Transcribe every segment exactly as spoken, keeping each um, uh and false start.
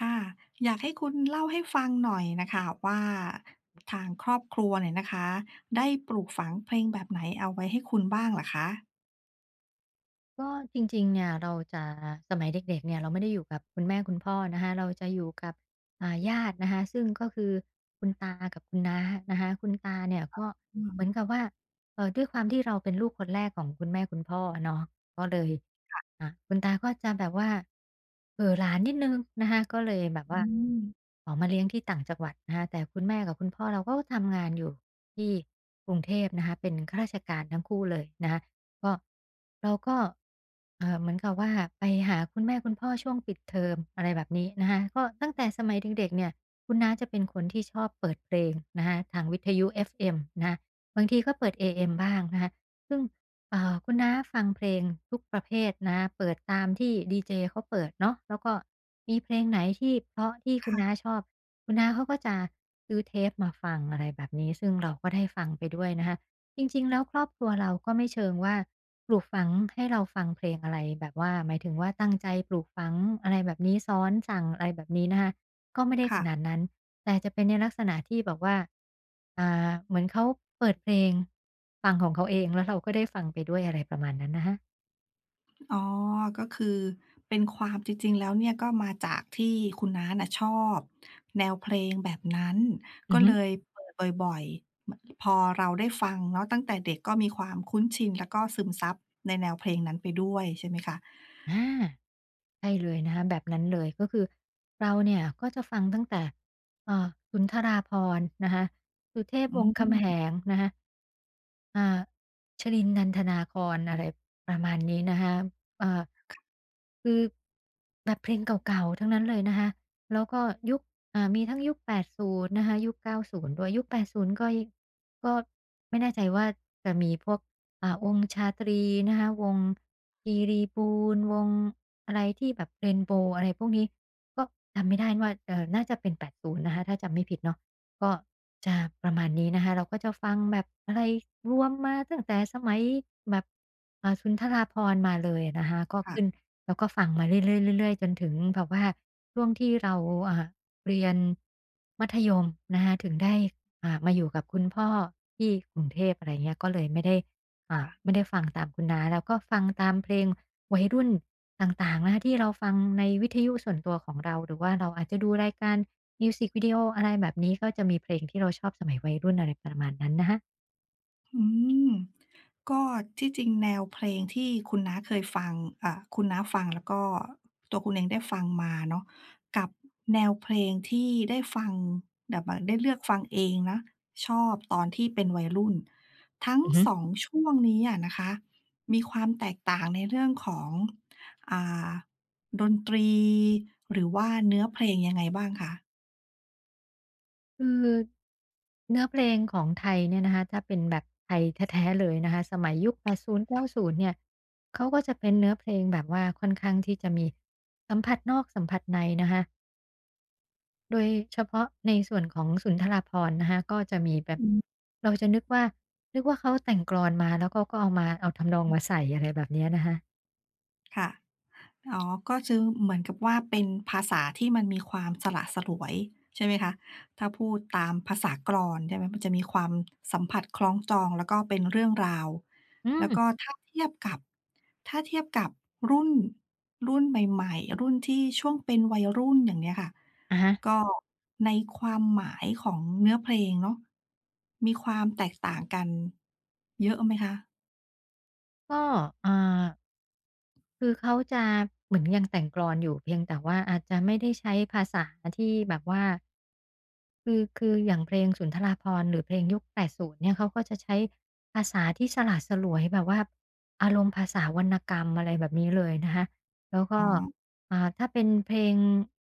ค่ะอยากให้คุณเล่าให้ฟังหน่อยน่ะค่ะว่าทางครอบครัวเนี่ยนะคะได้ปลูกฝังเพลงแบบไหนเอาไว้ให้คุณบ้างเหรอคะก็จริงๆเนี่ยเราจะสมัยเด็กๆเนี่ยเราไม่ได้อยู่กับคุณแม่คุณพ่อนะคะเราจะอยู่กับอ่าญาตินะคะซึ่งก็คือคุณตากับคุณน้านะคะคุณตาเนี่ยก็อืเหมมือนกับว่าเอ่อด้วยความที่เราเป็นลูกคนแรกของคุณแม่คุณพ่อเนาะก็เลยอ่าคุณตาก็จะแบบว่าเอ่อหลานิดหนึ่งนะคะก็เลยแบบอืว่ามขอมาเลี้ยงที่ต่างจังหวัดนะคะแต่คุณแม่กับคุณพ่อเราก็ทำงานอยู่ที่กรุงเทพนะคะเป็นข้าราชการทั้งคู่เลยนะคะ ก็เราก็เอ่อเหมือนกับว่าไปหาคุณแม่คุณพ่อช่วงปิดเทอมอะไรแบบนี้นะคะก็ตั้งแต่สมัยเด็กๆเนี่ยคุณน้าจะเป็นคนที่ชอบเปิดเพลงนะคะทางวิทยุเอฟเอ็มนะคะบางทีก็เปิดเอเอ็มบ้างนะคะซึ่งเอ่อคุณน้าฟังเพลงทุกประเภทนะคะเปิดตามที่ดีเจเขาเปิดเนาะแล้วก็มีเพลงไหนที่เพราะที่คุณน้าค่ะชอบคุณน้าเขาก็จะซื้อเทปมาฟังอะไรแบบนี้ซึ่งเราก็ได้ฟังไปด้วยนะคะ จริงๆแล้วครอบครัวเราก็ไม่เชิงว่าปลูกฝังให้เราฟังเพลงอะไรแบบว่าหมายถึงว่าตั้งใจปลูกฝังอะไรแบบนี้สอนสั่งอะไรแบบนี้นะคะก็ไม่ได้ขค่ะนาดนั้นแต่จะเป็นในลักษณะที่แบบว่าอ่าเหมือนเขาเปิดเพลงฟังของอ๋อก็คือเป็นความจริงๆแล้วเนี่ยก็มาจากที่คุณน้าน่ะชอบแนวเพลงแบบนั้นอืก็อฮึเลยเปิดบ่อยๆมพอเราได้ฟังเนาะตั้งแต่เด็กก็มีความคุ้นชินแล้วก็ซึมซับในแนวเพลงนั้นไปด้วยใช่ไหมคะอา ใช่เลยนะคะแบบนั้นเลยก็คือเราเนี่ยก็จะฟังตั้งแต่เอ่อสุนทราภรณ์นะคะสุเทพอืวงศ์คำแหมงนะคะอ่าชรินทร์นันทนาครอะไรประมาณนี้นะคะอ่าคือแบบเพลงเก่าๆทั้งนั้นเลยนะคะแล้วก็ยุคอ่ามีทั้งยุค แปดสิบนย์นะคะยุค เก้าสิบ ด้วยยุค แปดสิบ ก็ยก็ไม่แน่ใจว่าจะมีพวกอ่าวงชาตรีนะคะวงคีรีบูรณ์วง อะไรที่แบบเรนโบว์อะไรพวกนี้ก็จำไม่ได้ว่าเอ่อน่าจะเป็น8ูนย์นะคะถ้าจำไม่ผิดเนาะก็จะประมาณนี้นะคะเราก็จะฟังแบบอะไรรวมมาตั้งแต่สมัยแบบเอ่อสุนทราภรณ์มาเลยอะนะคะก็ขึ้นค่ะ แล้วก็ฟังมาเรื่อยๆเรื่อยๆจนถึงแบบว่าช่วงที่เราอ่าเรียนมัธยมนะคะถึงได้อ่ามาอยู่กับคุณพ่อที่กรุงเทพอะไรเงี้ยก็เลยไม่ได้อ่าไม่ได้ฟังตามคุณน้าแล้วก็ฟังตามเพลง วัยรุ่นต่างๆนะคะที่เราฟังในวิทยุส่วนตัวของเราหรือว่าเราอาจจะดูรายการมิวสิกวิดีโออะไรแบบนี้ก็จะมีเพลงที่เราชอบสมัยวัยรุ่นอะไรประมาณนั้นนะคะอืมก็ที่จริงแนวเพลงที่คุณน้าเคยฟังอ่าคุณน้าฟังแล้วก็ตัวคุณเองได้ฟังมาเนาะกับแนวเพลงที่ได้ฟังแบบว่าได้เลือกฟังเองนะชอบตอนที่เป็นวัยรุ่นทั้งอือฮึสองช่วงนี้อะนะคะมีความแตกต่างในเรื่องของอ่าดนตรีหรือว่าเนื้อเพลงยังไงบ้างคะคือเนื้อเพลงของไทยเนี่ยนะคะถ้าเป็นแบบไทยแท้ๆเลยนะคะสมัยยุคแปดสิบ เก้าสิบเก้าสิบเนี่ยเขาก็จะเป็นเนื้อเพลงแบบว่าค่อนข้างที่จะมีสัมผัสนอกสัมผัสในนะคะ โดยเฉพาะในส่วนของสุนทราภรณ์นะคะก็จะมีแบบอืมเราจะนึกว่านึกว่าเขาแต่งกลอนมาแล้วเขาก็เอามาเอาทำนองมาใส่อะไรแบบเนี้ยนะคะค่ะ อ๋อก็คือเหมือนกับว่าเป็นภาษาที่มันมีความสละสลวยใช่ไหมคะถ้าพูดตามภาษากลอนใช่ไหมมันจะมีความสัมผัสคล้องจองแล้วก็เป็นเรื่องราวอืแล้มวก็ถ้าเทียบกับถ้าเทียบกับรุ่นรุ่นใหม่ๆรุ่นที่ช่วงเป็นวัยรุ่นอย่างเนี้ยค่ะอะฮะก็ในความหมายของเนื้อเพลงเนาะมีความแตกต่างกันเยอะไหมคะก็อ่า คือเขาจะเหมือนยังแต่งกลอนอยู่เพียงแต่ว่าอาจจะไม่ได้ใช้ภาษาที่แบบว่าคือคืออย่างเพลงสุนทราภรณ์หรือเพลงยุค8์เนี่ยเขาก็จะใช้ภาษาที่สละสลวยแบบว่าอารมณ์ภาษาวรรณกรรมอะไรแบบนี้เลยนะคะแล้วก็อ๋ออ่าถ้าเป็นเพลง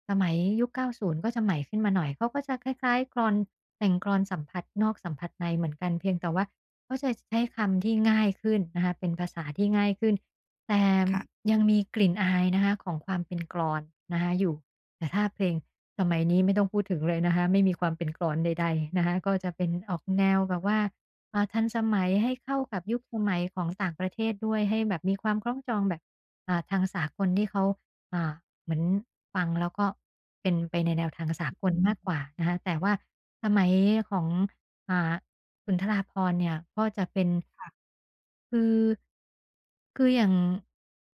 สมัยยุคเก้าศูนย์ก็จะใหม่ขึ้นมาหน่อยเขาก็จะคล้ายๆกลอนแต่งกลอนสัมผัสนอกสัมผัสในเหมือนกันเพียงแต่ว่าเขาจะใช้คำที่ง่ายขึ้นนะคะเป็นภาษาที่ง่ายขึ้น แต่ค่ะยังมีกลิ่นอายนะคะของความเป็นกลอนนะคะอยู่แต่ถ้าเพลงสมัยนี้ไม่ต้องพูดถึงเลยนะคะไม่มีความเป็นกลอนใดๆนะคะก็จะเป็นออกแนวแบบว่าอ่าทันสมัยให้เข้ากับยุคสมัยของต่างประเทศด้วยให้แบบมีความคล้องจองแบบอ่าทางสากลที่เขาอ่าเหมือนฟังแล้วก็เป็นไปในแนวทางสากลอืมากกมว่านะคะแต่ว่าสมัยของ อ่าสุนทราภรณ์เนี่ยก็จะเป็นค่ะคือคืออย่าง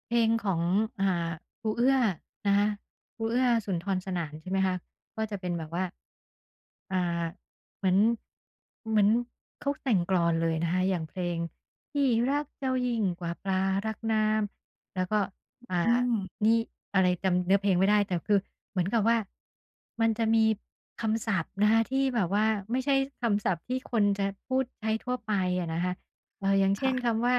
เพลงของอ่าครูเอื้อนะคะครูเอื้อสุนทรสนานใช่ไหมคะก็จะเป็นแบบว่าอ่าเหมือนเหมือนเขาแต่งกลอนเลยนะคะอย่างเพลงพี่รักเจ้ายิ่งกว่าปลารักน้ำแล้วก็อ่า อืมนี่อะไรจำเนื้อเพลงไม่ได้แต่คือเหมือนกับว่ามันจะมีคำศัพท์นะคะที่แบบว่าไม่ใช่คำศัพท์ที่คนจะพูดใช้ทั่วไปอะนะคะเอ่ออย่างเช่ค่ะนคำว่า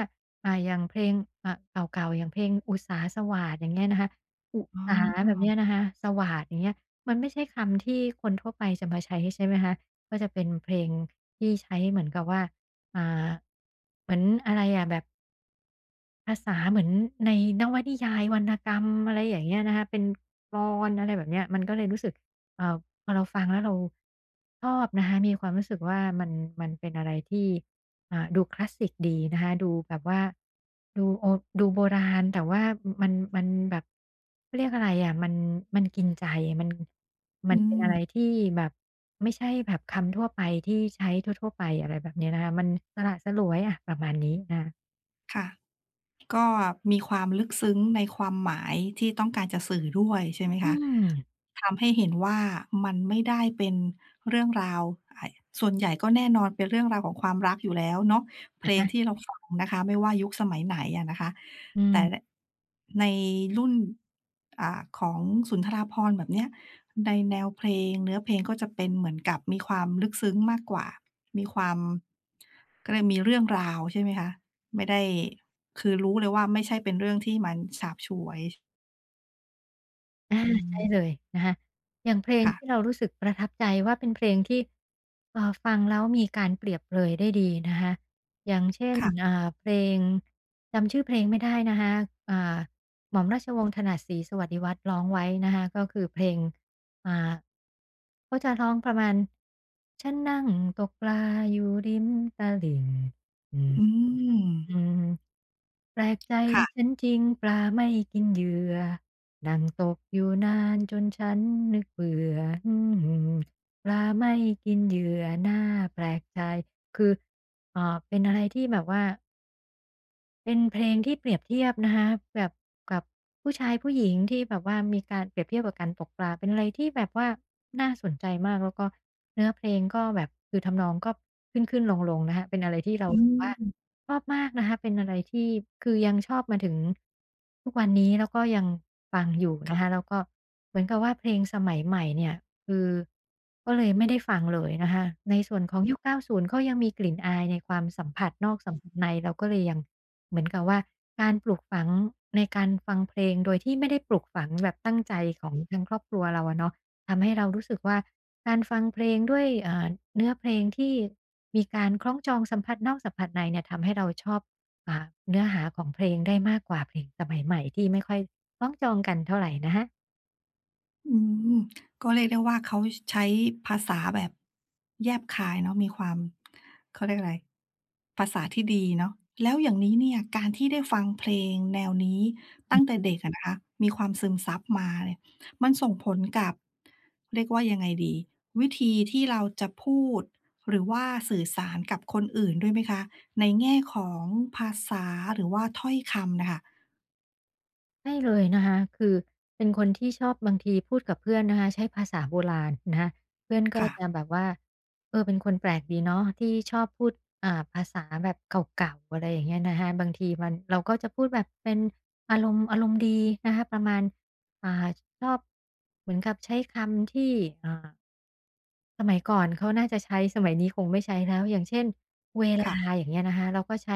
อ่าอย่างเพลงอ่าเก่าๆอย่างเพลงอุสาสวาทอย่างเงี้ยนะคะอุอ๋สาแบบเนี้ยอ นะคะสวาทอย่างเงี้ยมันไม่ใช่คำที่คนทั่วไปจะมาใช้ใช่ไหมคะก็จะเป็นเพลงที่ใช้เหมือนกับว่าอ่าเหมือนอะไรอะแบบ ภาษาเหมือนในนวนิยายวรรณกรรมอะไรอย่างเงี้ยนะคะเป็นกลอนอะไรแบบเนี้ยมันก็เลยรู้สึกเอ่อพอเราฟังแล้วเราชอบนะคะมีความรู้สึกว่ามันมันเป็นอะไรที่อ่าดูคลาสสิกดีนะคะดูแบบว่าดูโอดูโบราณแต่ว่ามันมันแบบเขาเรียกอะไรอะมันมันกินใจมันมันอืเป็นมอะไรที่แบบไม่ใช่แบบคำทั่วไปที่ใช้ทั่วๆไปอะไรแบบเนี้ยนะคะมันสละสลวยอะประมาณนี้นะคะค่ะก็มีความลึกซึ้งในความหมายที่ต้องการจะสื่อด้วยใช่ไหมอืคะมทำให้เห็นว่ามันไม่ได้เป็นเรื่องราวอ่าส่วนใหญ่ก็แน่นอนเป็นเรื่องราวของความรักอยู่แล้วเนาะเพลงที่เราฟังนะคะไม่ว่ายุคสมัยไหนอะนะคะอืแต่ม ในรุ่นอ่าของสุนทราภรณ์แบบเนี้ยในแนวเพลงเนื้อเพลงก็จะเป็นเหมือนกับมีความลึกซึ้งมากกว่ามีความก็เลยมีเรื่องราวใช่ไหมคะ ไม่ได้คือรู้เลยว่าไม่ใช่เป็นเรื่องที่มันฉาบฉวยอาอืใช่มเลยนะคะอย่างเพลงค่ะที่เรารู้สึกประทับใจว่าเป็นเพลงที่เอ่อฟังแล้วมีการเปรียบเปรยได้ดีนะคะอย่างเช่นค่ะอ่าเพลงจำชื่อเพลงไม่ได้นะคะอ่าหม่อมราชวงศ์ถนัดศรีสวัสดิวัฒน์ร้องไว้นะคะก็คือเพลงอ่าเขาจะร้องประมาณฉันนั่งตกปลาอยู่ริมตลิ่งอืมอืม แปลกใจค่ะฉันจริงปลาไม่กินเหยื่อนั่งตกอยู่นานจนฉันนึกเบื่ออืมปลาไม่กินเหยื่อหน้าแปลกใจคือเอ่อเป็นอะไรที่แบบว่า เป็นเพลงที่เปรียบเทียบนะคะแบบกับผู้ชายผู้หญิงที่แบบว่ามีการเปรียบเทียบกับการตกปลาเป็นอะไรที่แบบว่าน่าสนใจมากแล้วก็เนื้อเพลงก็แบบคือทำนองก็ขึ้นๆลงๆนะคะเป็นอะไรที่เราอืรู้สึกว่าม ชอบมากนะคะเป็นอะไรที่คือยังชอบมาถึงทุกวันนี้แล้วก็ยังฟังอยู่นะคะแล้วก็เหมือนกับว่าเพลงสมัยใหม่เนี่ย คือก็เลยไม่ได้ฟังเลยนะคะในส่วนของยุคเก้าศูนย์ก็ยังมีกลิ่นอายในความสัมผัสนอกสัมผัสในเราก็เลยยังเหมือนกับว่าการปลูกฝังในการฟังเพลงโดยที่ไม่ได้ปลูกฝังแบบตั้งใจของทางครอบครัวเราอะเนาะทำให้เรารู้สึกว่าการฟังเพลงด้วยอ่าเนื้อเพลงที่มีการคล้องจองสัมผัสนอกสัมผัสในเนี่ยทำให้เราชอบอ่าเนื้อหาของเพลงได้มากกว่าเพลงสมัยใหม่ที่ไม่ค่อยคล้องจองกันเท่าไรนะคะ อืมก็เรียกได้ว่าเขาใช้ภาษาแบบแยบคายเนาะมีความเขาเรียกอะไรภาษาที่ดีเนาะแล้วอย่างนี้เนี่ยการที่ได้ฟังเพลงแนวนี้ตั้งแต่เด็กอะนะคะมีความซึมซับมาเนี่ยมันส่งผลกับเรียกว่ายังไงดีวิธีที่เราจะพูดหรือว่าสื่อสารกับคนอื่นด้วยไหมคะในแง่ของภาษาหรือว่าถ้อยคำน่ะค่ใช่เลยนะคะคือเป็นคนที่ชอบบางทีพูดกับเพื่อนนะคะใช้ภาษาโบราณนะคะเพื่อนก็ะจะแบบว่าเออเป็นคนแปลกดีเนาะที่ชอบพูดอ่าภาษาแบบเก่าๆอะไรอย่างเงี้ยนะคะบางทีมันเราก็จะพูดแบบเป็นอารมณ์อารมณ์ดีนะคะประมาณอ่าชอบเหมือนกับใช้คำที่อ่า สมัยก่อนเขาน่าจะใช้สมัยนี้คงไม่ใช้แล้วอย่างเช่นเวลาอค่ะย่างเงี้ยนะคะเราก็ใช้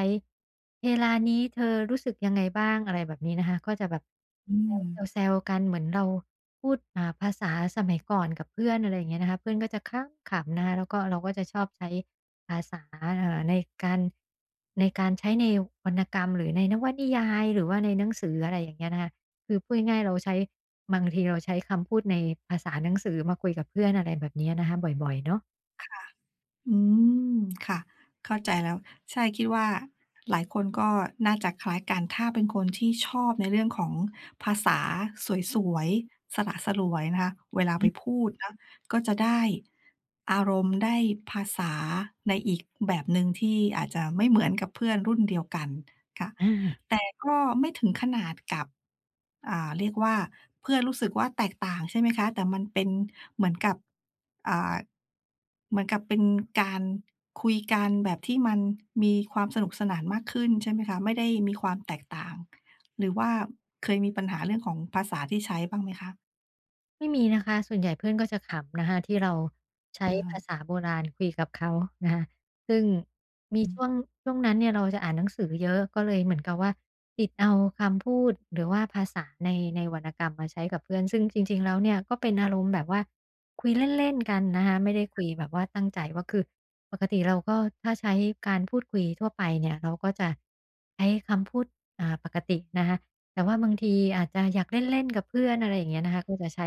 เวลานี้เธอรู้สึกยังไงบ้างอะไรแบบนี้นะคะก็จะแบบๆอืม แซวๆๆกันเหมือนเราพูดอ่าภาษาสมัยก่อนกับเพื่อนอะไรอย่างเงี้ยนะคะเพื่อนก็จะขำๆนะคะแล้วก็เราก็จะชอบใช้ภาษาอ่าในการในการใช้ในวรรณกรรมหรือในนวนิยายหรือว่าในหนังสืออะไรอย่างเงี้ยนะคะ คือพูดง่ายๆเราใช้บางทีเราใช้คำพูดในภาษาหนังสือมาคุยกับเพื่อนอะไรแบบเนี้ยนะคะบ่อยๆเนาะอืมค่ะเข้าใจแล้วใช่คิดว่าหลายคนก็น่าจะคล้ายกันถ้าเป็นคนที่ชอบในเรื่องของภาษาสวยๆสละสลวยนะคะเวลาไปอืมพูดนะก็จะได้อารมณ์ได้ภาษาในอีกแบบหนึ่งที่อาจจะไม่เหมือนกับเพื่อนรุ่นเดียวกันค่ะ อา แต่ก็ไม่ถึงขนาดกับอ่าเรียกว่าเพื่อนรู้สึกว่าแตกต่างใช่ไหมคะแต่มันเป็นเหมือนกับอ่าเหมือนกับเป็นการคุยกันแบบที่มันมีความสนุกสนานมากขึ้นใช่ไหมคะไม่ได้มีความแตกต่างหรือว่าเคยมีปัญหาเรื่องของภาษาที่ใช้บ้างไหมคะไม่มีนะคะส่วนใหญ่เพื่อนก็จะขำนะคะที่เราใช้ภาอาษาโบราณคุยกับเขานะคะซึ่งมีอืช่วงม ช่วงนั้นเนี่ยเราจะอ่านหนังสือเยอะก็เลยเหมือนกับว่าติดเอาคำพูดหรือว่าภาษาในในวรรณกรรมมาใช้กับเพื่อนซึ่งจริงๆแล้วเนี่ยก็เป็นอารมณ์แบบว่าคุยเล่นๆกันนะคะไม่ได้คุยแบบว่าตั้งใจว่าคือปกติเราก็ถ้าใช้การพูดคุยทั่วไปเนี่ยเราก็จะใช้คำพูดอ่าปกตินะคะ แต่ว่าบางทีอาจจะอยากเล่นๆกับเพื่อนอะไรอย่างเงี้ยนะคะก็จะใช้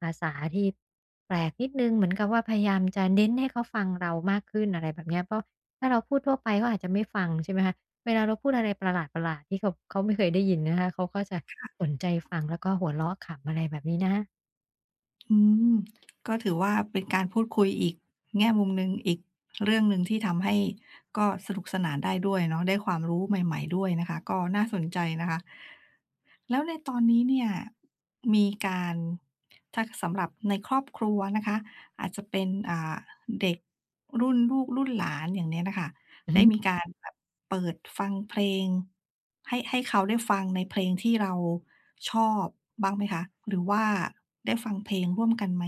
ภาษาที่แปลกนิดหนึ่งเหมือนกับว่าพยายามจะเน้นให้เขาฟังเรามากขึ้นอะไรแบบเนี้ยเพราะถ้าเราพูดทั่วไปเขาอาจจะไม่ฟังใช่ไหมคะเวลาเราพูดอะไรประหลาดๆที่เขาเขาไม่เคยได้ยินนะคะเขาก็จะสนใจฟังแล้วก็หัวเราะขำอะไรแบบนี้นะคะ อืมก็ถือว่าเป็นการพูดคุยอีกแง่มุมหนึ่งอีกเรื่องหนึ่งที่ทำให้ก็สนุกสนานได้ด้วยเนาะได้ความรู้ใหม่ๆด้วยนะคะก็น่าสนใจนะคะแล้วในตอนนี้เนี่ยมีการถ้าสำหรับในครอบครัวนะคะอาจจะเป็นอ่าเด็กรุ่นลูกรุ่นหลานอย่างเนี้ยน่ะค่ะ ได้มีการแบบเปิดฟังเพลงให้ให้เขาได้ฟังในเพลงที่เราชอบบ้างไหมคะหรือว่าได้ฟังเพลงร่วมกันไหม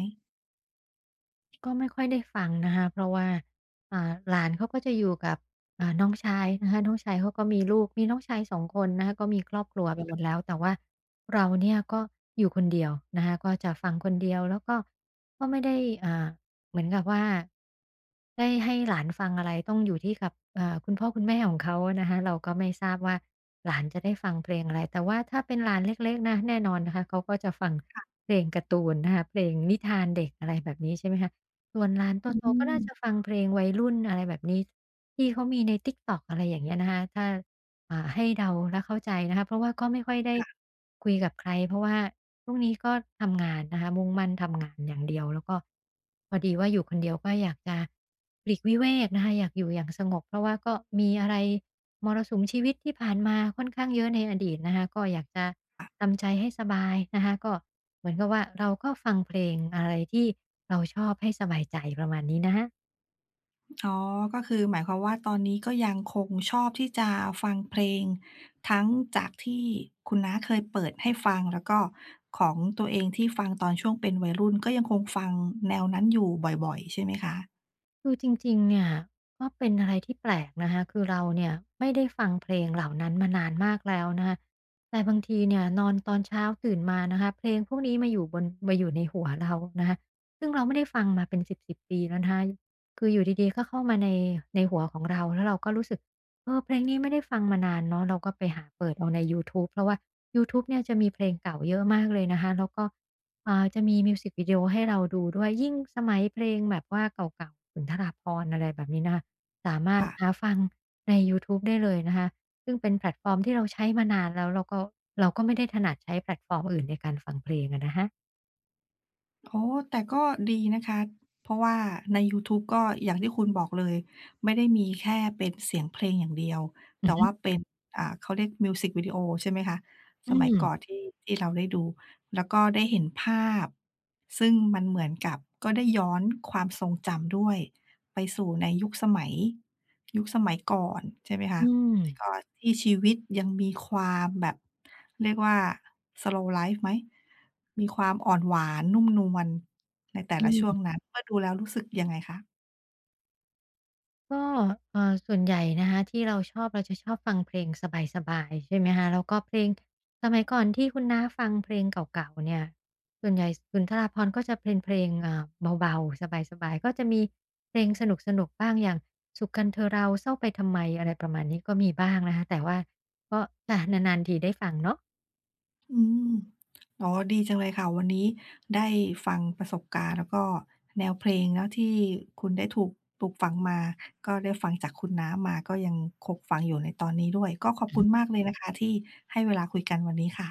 ก็ไม่ค่อยได้ฟังนะคะเพราะว่าอ่าหลานเขาก็จะอยู่กับอ่าน้องชายนะคะน้องชายเขาก็มีลูกมีน้องชายสองคนนะคะก็มีครอบครัวไปหมดแล้วแต่ว่าเราเนี่ยก็อยู่คนเดียวนะคะก็จะฟังคนเดียวแล้วก็ก็ไม่ได้อ่าเหมือนกับว่าได้ให้หลานฟังอะไรต้องอยู่ที่กับอ่าคุณพ่อคุณแม่ของเขาอะนะคะเราก็ไม่ทราบว่าหลานจะได้ฟังเพลงอะไรแต่ว่าถ้าเป็นหลานเล็กๆนะแน่นอนนะคะเขาก็จะฟังเพลงการ์ตูนนะคะเพลงนิทานเด็กอะไรแบบนี้ใช่ไหมคะ ส่วนหลานตัวอืโตก็น่าจะมฟังเพลงวัยรุ่นอะไรแบบนี้ที่เขามีใน TikTok อะไรอย่างเงี้ยนะคะถ้าอ่าให้เดาและเข้าใจนะคะเพราะว่าก็ไม่ค่อยได้คุยกับใครเพราะว่าช่วงนี้ก็ทำงานนะคะมุ่งมั่นทำงานอย่างเดียวแล้วก็พอดีว่าอยู่คนเดียวก็อยากจะปลีกวิเวกนะคะอยากอยู่อย่างสงบเพราะว่าก็มีอะไรมรสุมชีวิตที่ผ่านมาค่อนข้างเยอะในอดีตนะคะก็อยากจะทำใจให้สบายนะคะก็เหมือนกับว่าเราก็ฟังเพลงอะไรที่ เราชอบให้สบายใจประมาณนี้นะคะอ๋อก็คือหมายความว่าตอนนี้ก็ยังคงชอบที่จะฟังเพลงทั้งจากที่คุณน้าเคยเปิดให้ฟังแล้วก็ของตัวเองที่ฟังตอนช่วงเป็นวัยรุ่นก็ยังคงฟังแนวนั้นอยู่บ่อยๆใช่ไหมคะคือจริงๆเนี่ยก็เป็นอะไรที่แปลกนะคะคือเราเนี่ยไม่ได้ฟังเพลงเหล่านั้นมานานมากแล้วนะคะแต่บางทีเนี่ยนอนตอนเช้าตื่นมานะคะเพลงพวกนี้มาอยู่บนมาอยู่ในหัวเรานะคะซึ่งเราไม่ได้ฟังมาเป็นสิบสิบปีแล้วนะคะคืออยู่ดีๆก็เข้ามาในในหัวของเราแล้วเราก็รู้สึกเออเพลงนี้ไม่ได้ฟังมานานเนาะเราก็ไปหาเปิดเอาในยูทูบเพราะว่ายูทูบเนี่ยจะมีเพลงเก่าเยอะมากเลยนะคะแล้วก็ อ่าจะมีมิวสิกวิดีโอให้เราดูด้วยยิ่งสมัยเพลงแบบว่าเก่าๆสุนทราภรณ์อะไรแบบนี้นะคะสามารถค่ะ หาฟังในยูทูบได้เลยนะคะซึ่งเป็นแพลตฟอร์มที่เราใช้มานานแล้วเราก็เราก็ไม่ได้ถนัดอื่นในการฟังเพลงอะนะคะอ๋อแต่ก็ดีนะคะเพราะว่าในยูทูบก็อย่างที่คุณบอกเลยไม่ได้มีแค่เป็นเสียงเพลงอย่างเดียวอืแต่อฮึว่าเป็นอ่าเขาเรียกมิวสิกวิดีโอใช่ไหมคะสอืมัยก่อนมที่ที่เราได้ดูแล้วก็ได้เห็นภาพซึ่งมันเหมือนกับก็ได้ย้อนความทรงจำด้วยไปสู่ในยุคสมัยยุคสมัยก่อนใช่ไหมคะ อืมก็ที่ชีวิตยังมีความแบบเรียกว่า slow life ไหมมีความอ่อนหวานนุ่มนวลในแต่อืละช่วงม นั้นเมื่อดูแล้วรู้สึกยังไงคะ ก็เอ่อส่วนใหญ่นะคะที่เราชอบเราจะชอบฟังเพลงสบายๆใช่ไหมคะแล้วก็เพลงสมัยก่อนที่คุณน้าฟังเพลงเก่าๆเนี่ยส่วนใหญ่สุนทราภรณ์ก็จะเป็นเพลงอ่าเบาๆสบายๆก็จะมีเพลงสนุกๆบ้างอย่างสุขกันเธอเราเศร้าไปทำไมอะไรประมาณนี้ก็มีบ้างนะคะแต่ว่าก็ค่ะนานๆทีได้ฟังเนาะอืมอ๋อดีจังเลยค่ะวันนี้ได้ฟังประสบการณ์แล้วก็แนวเพลงเนาะที่คุณได้ถูกปลูกฝังมา ก็ได้ฟังจากคุณน้ามาก็ยังคงฟังอยู่ในตอนนี้ด้วยก็ขอบคุณมากเลยนะคะที่ให้เวลาคุยกันวันนี้ค่ะ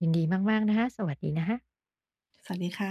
ยินดีมากๆนะคะสวัสดีนะคะสวัสดีค่ะ